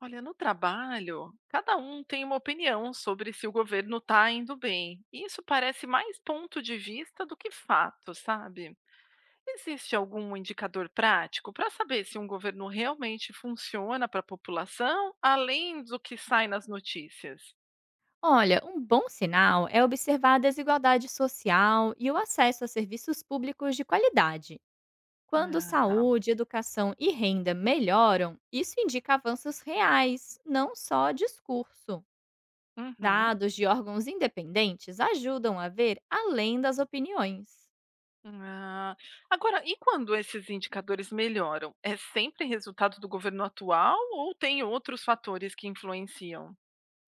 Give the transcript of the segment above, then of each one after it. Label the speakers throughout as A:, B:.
A: Olha, no trabalho, cada um tem uma opinião sobre se o governo está indo bem. Isso parece mais ponto de vista do que fato, sabe? Existe algum indicador prático para saber se um governo realmente funciona para a população, além do que sai nas notícias?
B: Olha, um bom sinal é observar a desigualdade social e o acesso a serviços públicos de qualidade. Quando
A: Ah, tá.
B: saúde, educação e renda melhoram, isso indica avanços reais, não só discurso.
A: Uhum.
B: Dados de órgãos independentes ajudam a ver além das opiniões.
A: Ah, agora, e quando esses indicadores melhoram? É sempre resultado do governo atual ou tem outros fatores que influenciam?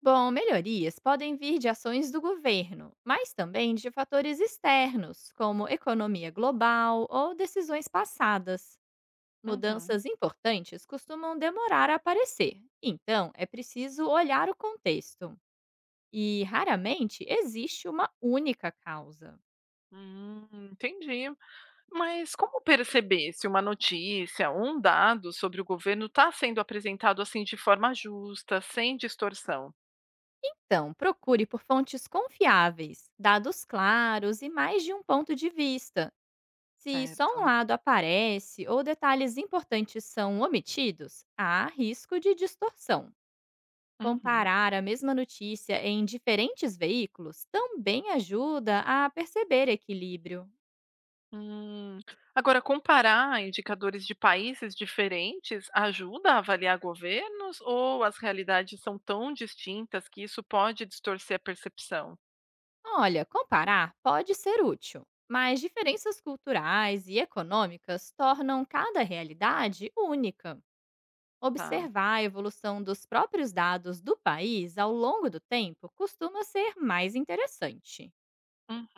B: Bom, melhorias podem vir de ações do governo, mas também de fatores externos, como economia global ou decisões passadas.
A: Uhum.
B: Mudanças importantes costumam demorar a aparecer, então é preciso olhar o contexto. E raramente existe uma única causa.
A: Entendi. Mas como perceber se uma notícia ou um dado sobre o governo está sendo apresentado assim de forma justa, sem distorção?
B: Então, procure por fontes confiáveis, dados claros e mais de um ponto de vista. Se só um
A: Certo.
B: lado aparece ou detalhes importantes são omitidos, há risco de distorção.
A: Uhum.
B: Comparar a mesma notícia em diferentes veículos também ajuda a perceber equilíbrio.
A: Hum. Agora, comparar indicadores de países diferentes ajuda a avaliar governos ou as realidades são tão distintas que isso pode distorcer a percepção?
B: Olha, comparar pode ser útil, mas diferenças culturais e econômicas tornam cada realidade única.
A: Tá.
B: Observar a evolução dos próprios dados do país ao longo do tempo costuma ser mais interessante.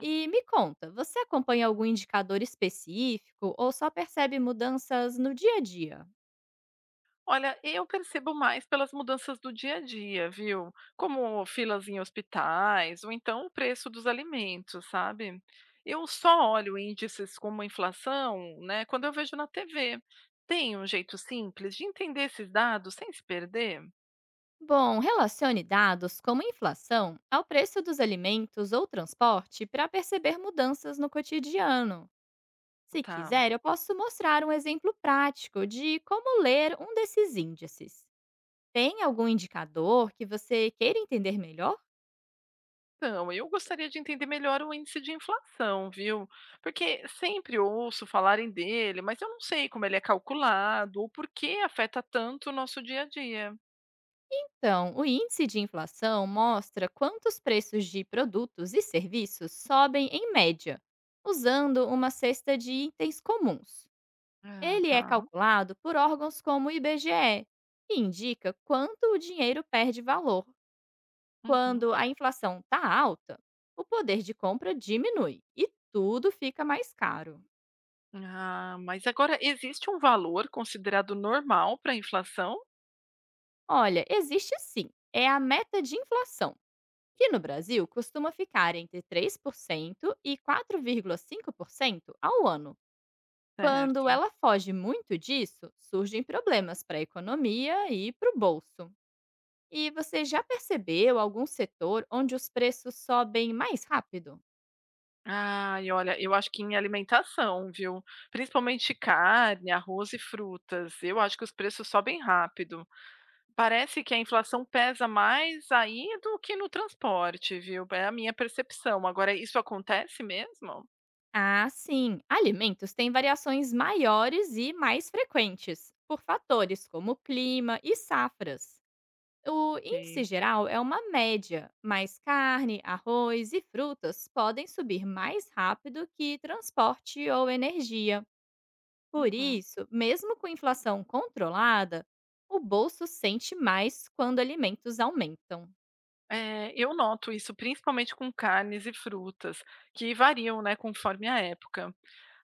B: E me conta, você acompanha algum indicador específico ou só percebe mudanças no dia a dia?
A: Olha, eu percebo mais pelas mudanças do dia a dia, viu? Como filas em hospitais, ou então o preço dos alimentos, sabe? Eu só olho índices como inflação, né, quando eu vejo na TV. Tem um jeito simples de entender esses dados sem se perder?
B: Bom, relacione dados como inflação ao preço dos alimentos ou transporte para perceber mudanças no cotidiano. Se
A: Tá.
B: quiser, eu posso mostrar um exemplo prático de como ler um desses índices. Tem algum indicador que você queira entender melhor?
A: Então, eu gostaria de entender melhor o índice de inflação, viu? Porque sempre ouço falarem dele, mas eu não sei como ele é calculado ou por que afeta tanto o nosso dia a dia.
B: Então, o índice de inflação mostra quantos preços de produtos e serviços sobem em média, usando uma cesta de itens comuns.
A: Ah,
B: Ele é
A: tá.
B: calculado por órgãos como o IBGE e indica quanto o dinheiro perde valor.
A: Uhum.
B: Quando a inflação está alta, o poder de compra diminui e tudo fica mais caro.
A: Ah, mas agora existe um valor considerado normal para a inflação?
B: Olha, existe sim, é a meta de inflação, que no Brasil costuma ficar entre 3% e quatro vírgula cinco por cento ao ano. Quando
A: Certo.
B: ela foge muito disso, surgem problemas para a economia e para o bolso. E você já percebeu algum setor onde os preços sobem mais rápido?
A: Ah, e olha, eu acho que em alimentação, viu? Principalmente carne, arroz e frutas. Eu acho que os preços sobem rápido. Parece que a inflação pesa mais aí do que no transporte, viu? É a minha percepção. Agora, isso acontece mesmo?
B: Ah, sim. Alimentos têm variações maiores e mais frequentes, por fatores como clima e safras. O índice
A: Ok.
B: geral é uma média, mas carne, arroz e frutas podem subir mais rápido que transporte ou energia. Por
A: Uhum.
B: isso, mesmo com inflação controlada, o bolso sente mais quando alimentos aumentam.
A: É, eu noto isso principalmente com carnes e frutas, que variam, né, conforme a época.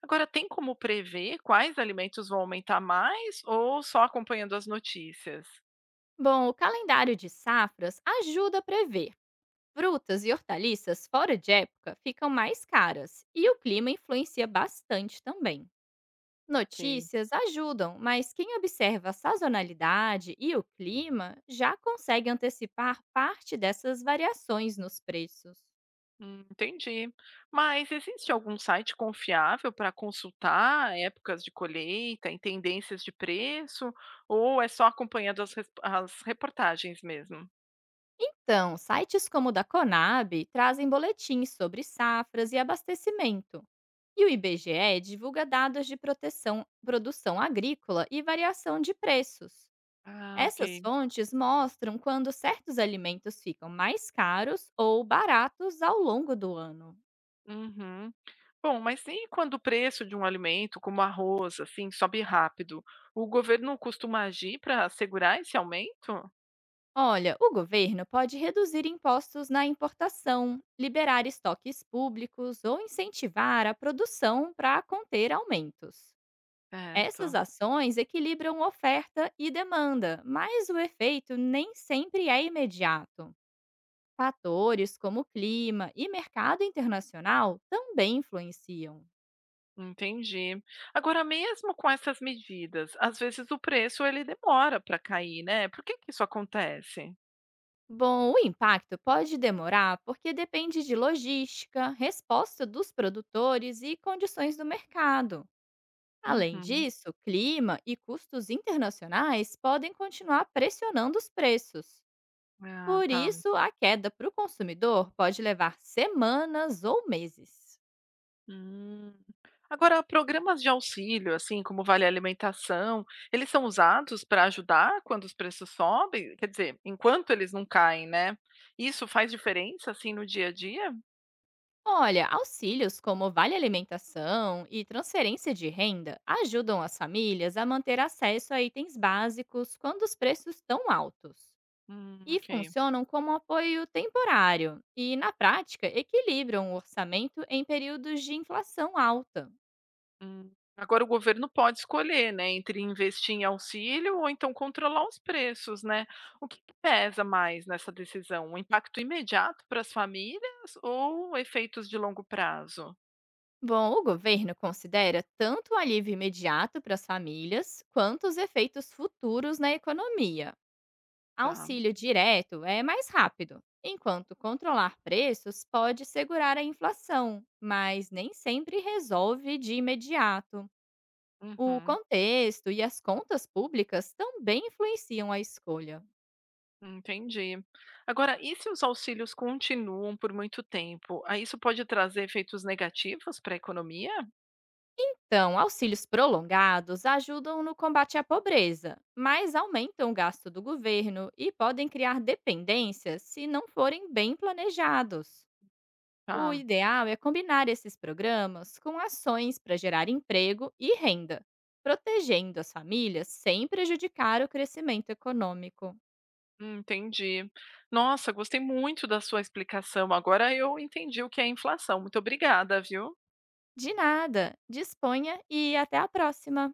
A: Agora, tem como prever quais alimentos vão aumentar mais ou só acompanhando as notícias?
B: Bom, o calendário de safras ajuda a prever. Frutas e hortaliças fora de época ficam mais caras e o clima influencia bastante também.
A: Ok,
B: Notícias ajudam, mas quem observa a sazonalidade e o clima já consegue antecipar parte dessas variações nos preços.
A: entendi. Mas existe algum site confiável para consultar épocas de colheita e tendências de preço? Ou é só acompanhando as reportagens mesmo?
B: Então, sites como o da Conab trazem boletins sobre safras e abastecimento. E o IBGE divulga dados de proteção, produção agrícola e variação de preços.
A: Ah, ok.
B: Essas fontes mostram quando certos alimentos ficam mais caros ou baratos ao longo do ano.
A: Uhum. Bom, mas e quando o preço de um alimento, como arroz, assim, sobe rápido? O governo costuma agir para assegurar esse aumento?
B: Olha, o governo pode reduzir impostos na importação, liberar estoques públicos ou incentivar a produção para conter aumentos. Essas
A: Certo.
B: ações equilibram oferta e demanda, mas o efeito nem sempre é imediato. Fatores como clima e mercado internacional também influenciam.
A: Entendi. Agora, mesmo com essas medidas, às vezes o preço ele demora para cair, né? Por que que isso acontece?
B: Bom, o impacto pode demorar porque depende de logística, resposta dos produtores e condições do mercado. Além
A: Uhum.
B: disso, clima e custos internacionais podem continuar pressionando os preços.
A: Ah,
B: Por
A: tá.
B: isso, a queda para o consumidor pode levar semanas ou meses.
A: Hum. Agora, programas de auxílio, assim como Vale Alimentação, eles são usados para ajudar quando os preços sobem? Quer dizer, enquanto eles não caem, né? Isso faz diferença, assim, no dia a dia?
B: Olha, auxílios como Vale Alimentação e transferência de renda ajudam as famílias a manter acesso a itens básicos quando os preços estão altos. E
A: Ok.
B: funcionam como apoio temporário e, na prática, equilibram o orçamento em períodos de inflação alta.
A: Hum. Agora o governo pode escolher, né, entre investir em auxílio ou então controlar os preços, né? O que que pesa mais nessa decisão? O impacto imediato para as famílias ou efeitos de longo prazo?
B: Bom, o governo considera tanto o alívio imediato para as famílias quanto os efeitos futuros na economia.
A: Tá.
B: Auxílio direto é mais rápido, enquanto controlar preços pode segurar a inflação, mas nem sempre resolve de imediato. O
A: Uhum.
B: contexto e as contas públicas também influenciam a escolha.
A: Entendi. Agora, e se os auxílios continuam por muito tempo? Aí isso pode trazer efeitos negativos para a economia?
B: Então, auxílios prolongados ajudam no combate à pobreza, mas aumentam o gasto do governo e podem criar dependências se não forem bem planejados. O
A: Tá,
B: ideal é combinar esses programas com ações para gerar emprego e renda, protegendo as famílias sem prejudicar o crescimento econômico.
A: entendi. Nossa, gostei muito da sua explicação. Agora eu entendi o que é inflação. Muito obrigada, viu?
B: De nada, disponha e até a próxima!